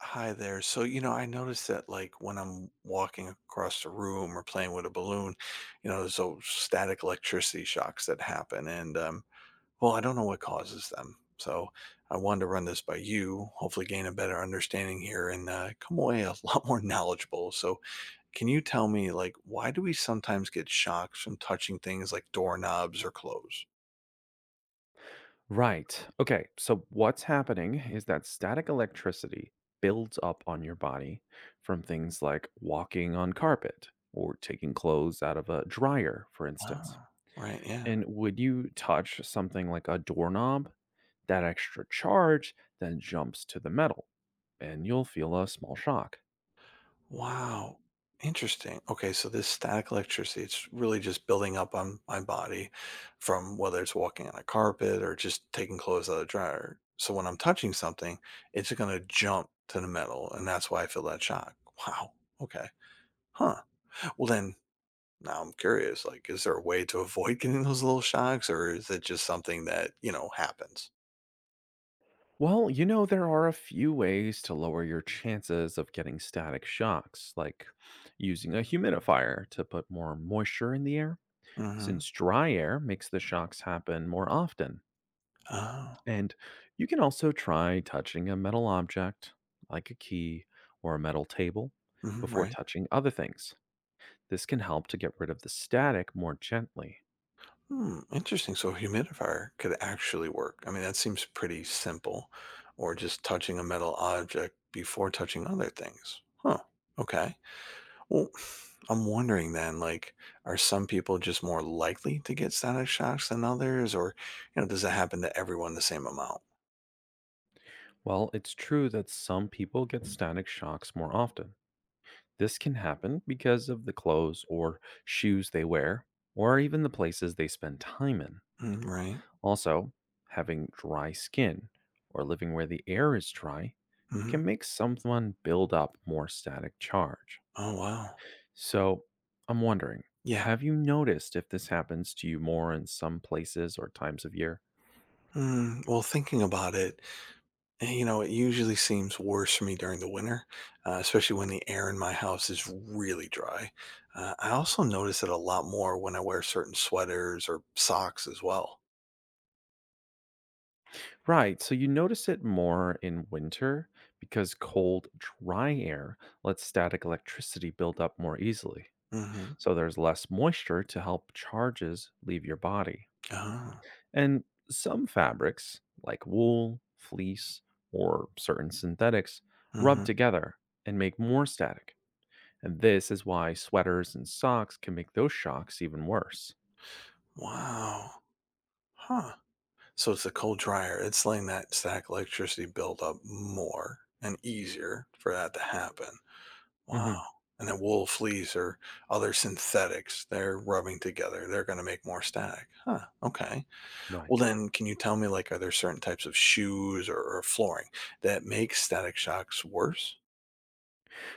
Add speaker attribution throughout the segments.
Speaker 1: Hi there. I noticed that like when I'm walking across the room or playing with a balloon, there's those static electricity shocks that happen. I don't know what causes them. So I wanted to run this by you, hopefully gain a better understanding here and come away a lot more knowledgeable. So, can you tell me, like, why do we sometimes get shocks from touching things like doorknobs or clothes?
Speaker 2: Right. Okay. So, what's happening is that static electricity builds up on your body from things like walking on carpet or taking clothes out of a dryer, for instance.
Speaker 1: Ah, right. Yeah.
Speaker 2: And when you touch something like a doorknob, that extra charge then jumps to the metal and you'll feel a small shock.
Speaker 1: Wow. Interesting. Okay, so this static electricity, it's really just building up on my body from whether it's walking on a carpet or just taking clothes out of the dryer. So when I'm touching something, it's going to jump to the metal, and that's why I feel that shock. Wow. Okay. Huh. Well, then now I'm curious. Like, is there a way to avoid getting those little shocks, or is it just something that happens?
Speaker 2: Well, there are a few ways to lower your chances of getting static shocks, like using a humidifier to put more moisture in the air
Speaker 1: Mm-hmm.
Speaker 2: since dry air makes the shocks happen more often.
Speaker 1: Oh.
Speaker 2: And you can also try touching a metal object, like a key or a metal table,
Speaker 1: Hmm.
Speaker 2: before
Speaker 1: Right.
Speaker 2: touching other things. This can help to get rid of the static more gently.
Speaker 1: Hmm, interesting. So a humidifier could actually work. I mean, that seems pretty simple, or just touching a metal object before touching other things. Huh. Okay. Well, I'm wondering then, like, are some people just more likely to get static shocks than others, or does it happen to everyone the same amount?
Speaker 2: While it's true that some people get static shocks more often, this can happen because of the clothes or shoes they wear, or even the places they spend time in.
Speaker 1: Mm, right.
Speaker 2: Also, having dry skin or living where the air is dry
Speaker 1: Hmm.
Speaker 2: can make someone build up more static charge.
Speaker 1: Oh wow.
Speaker 2: So, I'm wondering,
Speaker 1: Yeah.
Speaker 2: have you noticed if this happens to you more in some places or times of year?
Speaker 1: Mm, well, thinking about it, it usually seems worse for me during the winter, especially when the air in my house is really dry. I also notice it a lot more when I wear certain sweaters or socks as well.
Speaker 2: Right, so you notice it more in winter because cold, dry air lets static electricity build up more easily.
Speaker 1: Mm-hmm.
Speaker 2: So, there's less moisture to help charges leave your body.
Speaker 1: Oh,
Speaker 2: And some fabrics, like wool, fleece, or certain synthetics,
Speaker 1: mm-hmm.
Speaker 2: rub together and make more static. And this is why sweaters and socks can make those shocks even worse.
Speaker 1: Wow. Huh. So it's the cold dryer. It's letting that static electricity build up more and easier for that to happen. Wow.
Speaker 2: Hmm.
Speaker 1: And then wool fleece or other synthetics, they're rubbing together. They're going to make more static. Huh. Okay. Well,
Speaker 2: Right.
Speaker 1: then, can you tell me, like, are there certain types of shoes or flooring that make static shocks worse?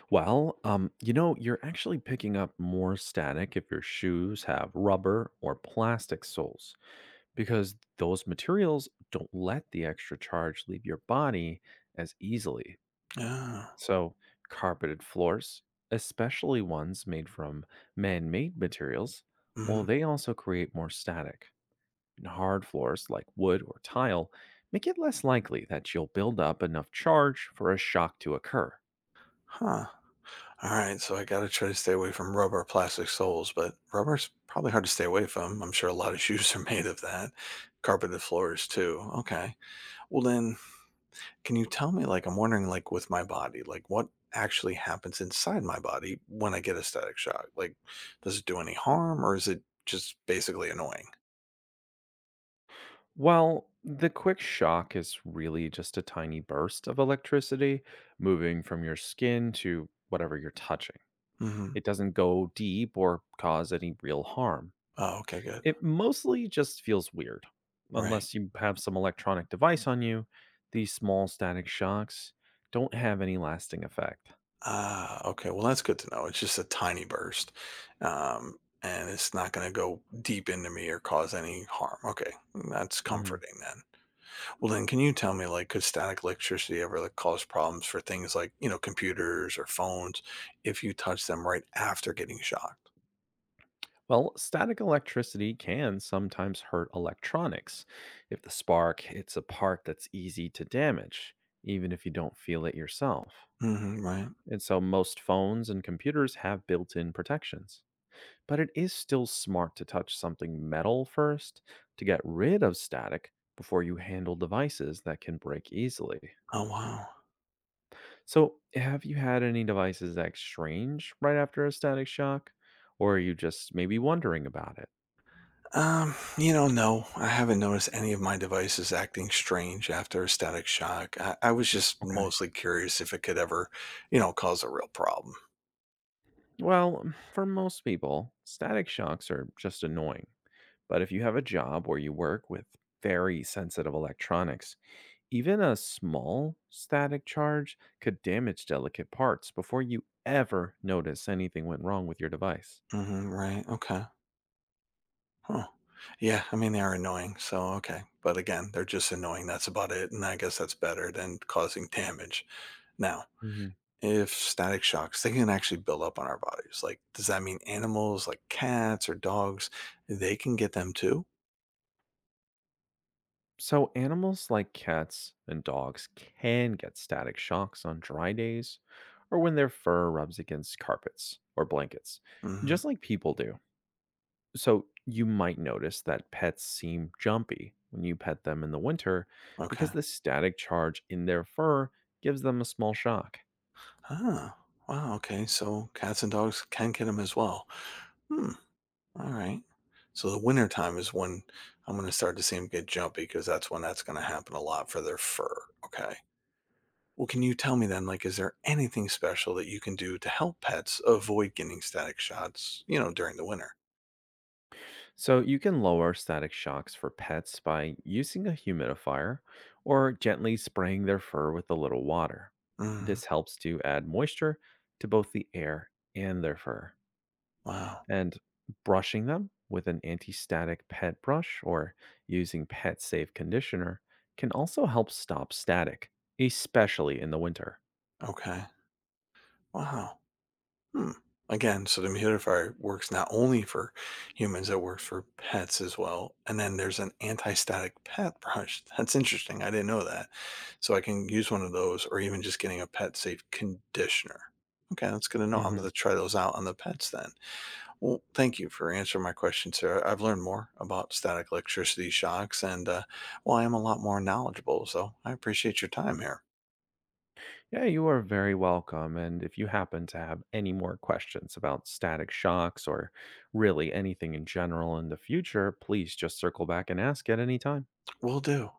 Speaker 2: Well, you're actually picking up more static if your shoes have rubber or plastic soles, because those materials don't let the extra charge leave your body as easily.
Speaker 1: Ah,
Speaker 2: So, carpeted floors, especially ones made from man made materials,
Speaker 1: hmm.
Speaker 2: well, they also create more static. And hard floors like wood or tile make it less likely that you'll build up enough charge for a shock to occur.
Speaker 1: Huh. All right, so I gotta try to stay away from rubber or plastic soles, but rubber's probably hard to stay away from. I'm sure a lot of shoes are made of that. Carpeted floors too. Okay. Well, then, can you tell me, like, I'm wondering, like, with my body, like, what actually happens inside my body when I get a static shock? Like, does it do any harm, or is it just basically annoying?
Speaker 2: While the quick shock is really just a tiny burst of electricity moving from your skin to whatever you're touching,
Speaker 1: Hmm.
Speaker 2: it doesn't go deep or cause any real harm.
Speaker 1: Oh, okay, good.
Speaker 2: It mostly just feels weird.
Speaker 1: Right.
Speaker 2: Unless you have some electronic device on you, these small static shocks don't have any lasting effect.
Speaker 1: Ah, okay. Well, that's good to know. It's just a tiny burst, and it's not going to go deep into me or cause any harm. Okay, that's
Speaker 2: Mhm.
Speaker 1: comforting then. Well, then, can you tell me, like, could static electricity ever like cause problems for things like computers or phones if you touch them right after getting shocked?
Speaker 2: Well, static electricity can sometimes hurt electronics if the spark hits a part that's easy to damage, even if you don't feel it yourself.
Speaker 1: Hmm. Right.
Speaker 2: And so most phones and computers have built in protections. But it is still smart to touch something metal first to get rid of static before you handle devices that can break easily.
Speaker 1: Oh wow.
Speaker 2: So, have you had any devices that exchange right after a static shock? Or are you just maybe wondering about it?
Speaker 1: No, I haven't noticed any of my devices acting strange after a static shock. I was just
Speaker 2: Okay.
Speaker 1: mostly curious if it could ever, cause a real problem.
Speaker 2: Well, for most people, static shocks are just annoying. But if you have a job where you work with very sensitive electronics, even a small static charge could damage delicate parts before you ever notice anything went wrong with your device.
Speaker 1: Hmm. Right. Okay. Huh. Yeah, I mean, they are annoying. So, okay. But again, they're just annoying. That's about it. And I guess that's better than causing damage. Now,
Speaker 2: Hmm.
Speaker 1: if static shocks, they can actually build up on our bodies. Like, does that mean animals like cats or dogs, they can get them too?
Speaker 2: So, animals like cats and dogs can get static shocks on dry days or when their fur rubs against carpets or blankets,
Speaker 1: Hmm.
Speaker 2: just like people do. So, you might notice that pets seem jumpy when you pet them in the winter
Speaker 1: Okay.
Speaker 2: because the static charge in their fur gives them a small shock.
Speaker 1: Ah, wow. Okay. So cats and dogs can get them as well. Hmm. All right. So the winter time is when I'm going to start to see them get jumpy because that's when that's going to happen a lot for their fur. Okay. Well, can you tell me then, like, is there anything special that you can do to help pets avoid getting static shots, during the winter?
Speaker 2: So you can lower static shocks for pets by using a humidifier or gently spraying their fur with a little water.
Speaker 1: Mm,
Speaker 2: This helps to add moisture to both the air and their fur.
Speaker 1: wow.
Speaker 2: And brushing them with an anti-static pet brush or using pet safe conditioner can also help stop static, especially in the winter.
Speaker 1: Okay. Wow. Hmm. Again, so the humidifier works not only for humans, it works for pets as well. And then there's an anti-static pet brush. That's interesting. I didn't know that. So I can use one of those or even just getting a pet safe conditioner. Okay, that's good to know. I'm going
Speaker 2: Mhm.
Speaker 1: to try those out on the pets then. Well, thank you for answering my question, Sarah. I've learned more about static electricity shocks and, well, I am a lot more knowledgeable. So I appreciate your time here.
Speaker 2: Yeah, you are very welcome. And if you happen to have any more questions about static shocks or really anything in general in the future, please just circle back and ask at any time.
Speaker 1: Will do.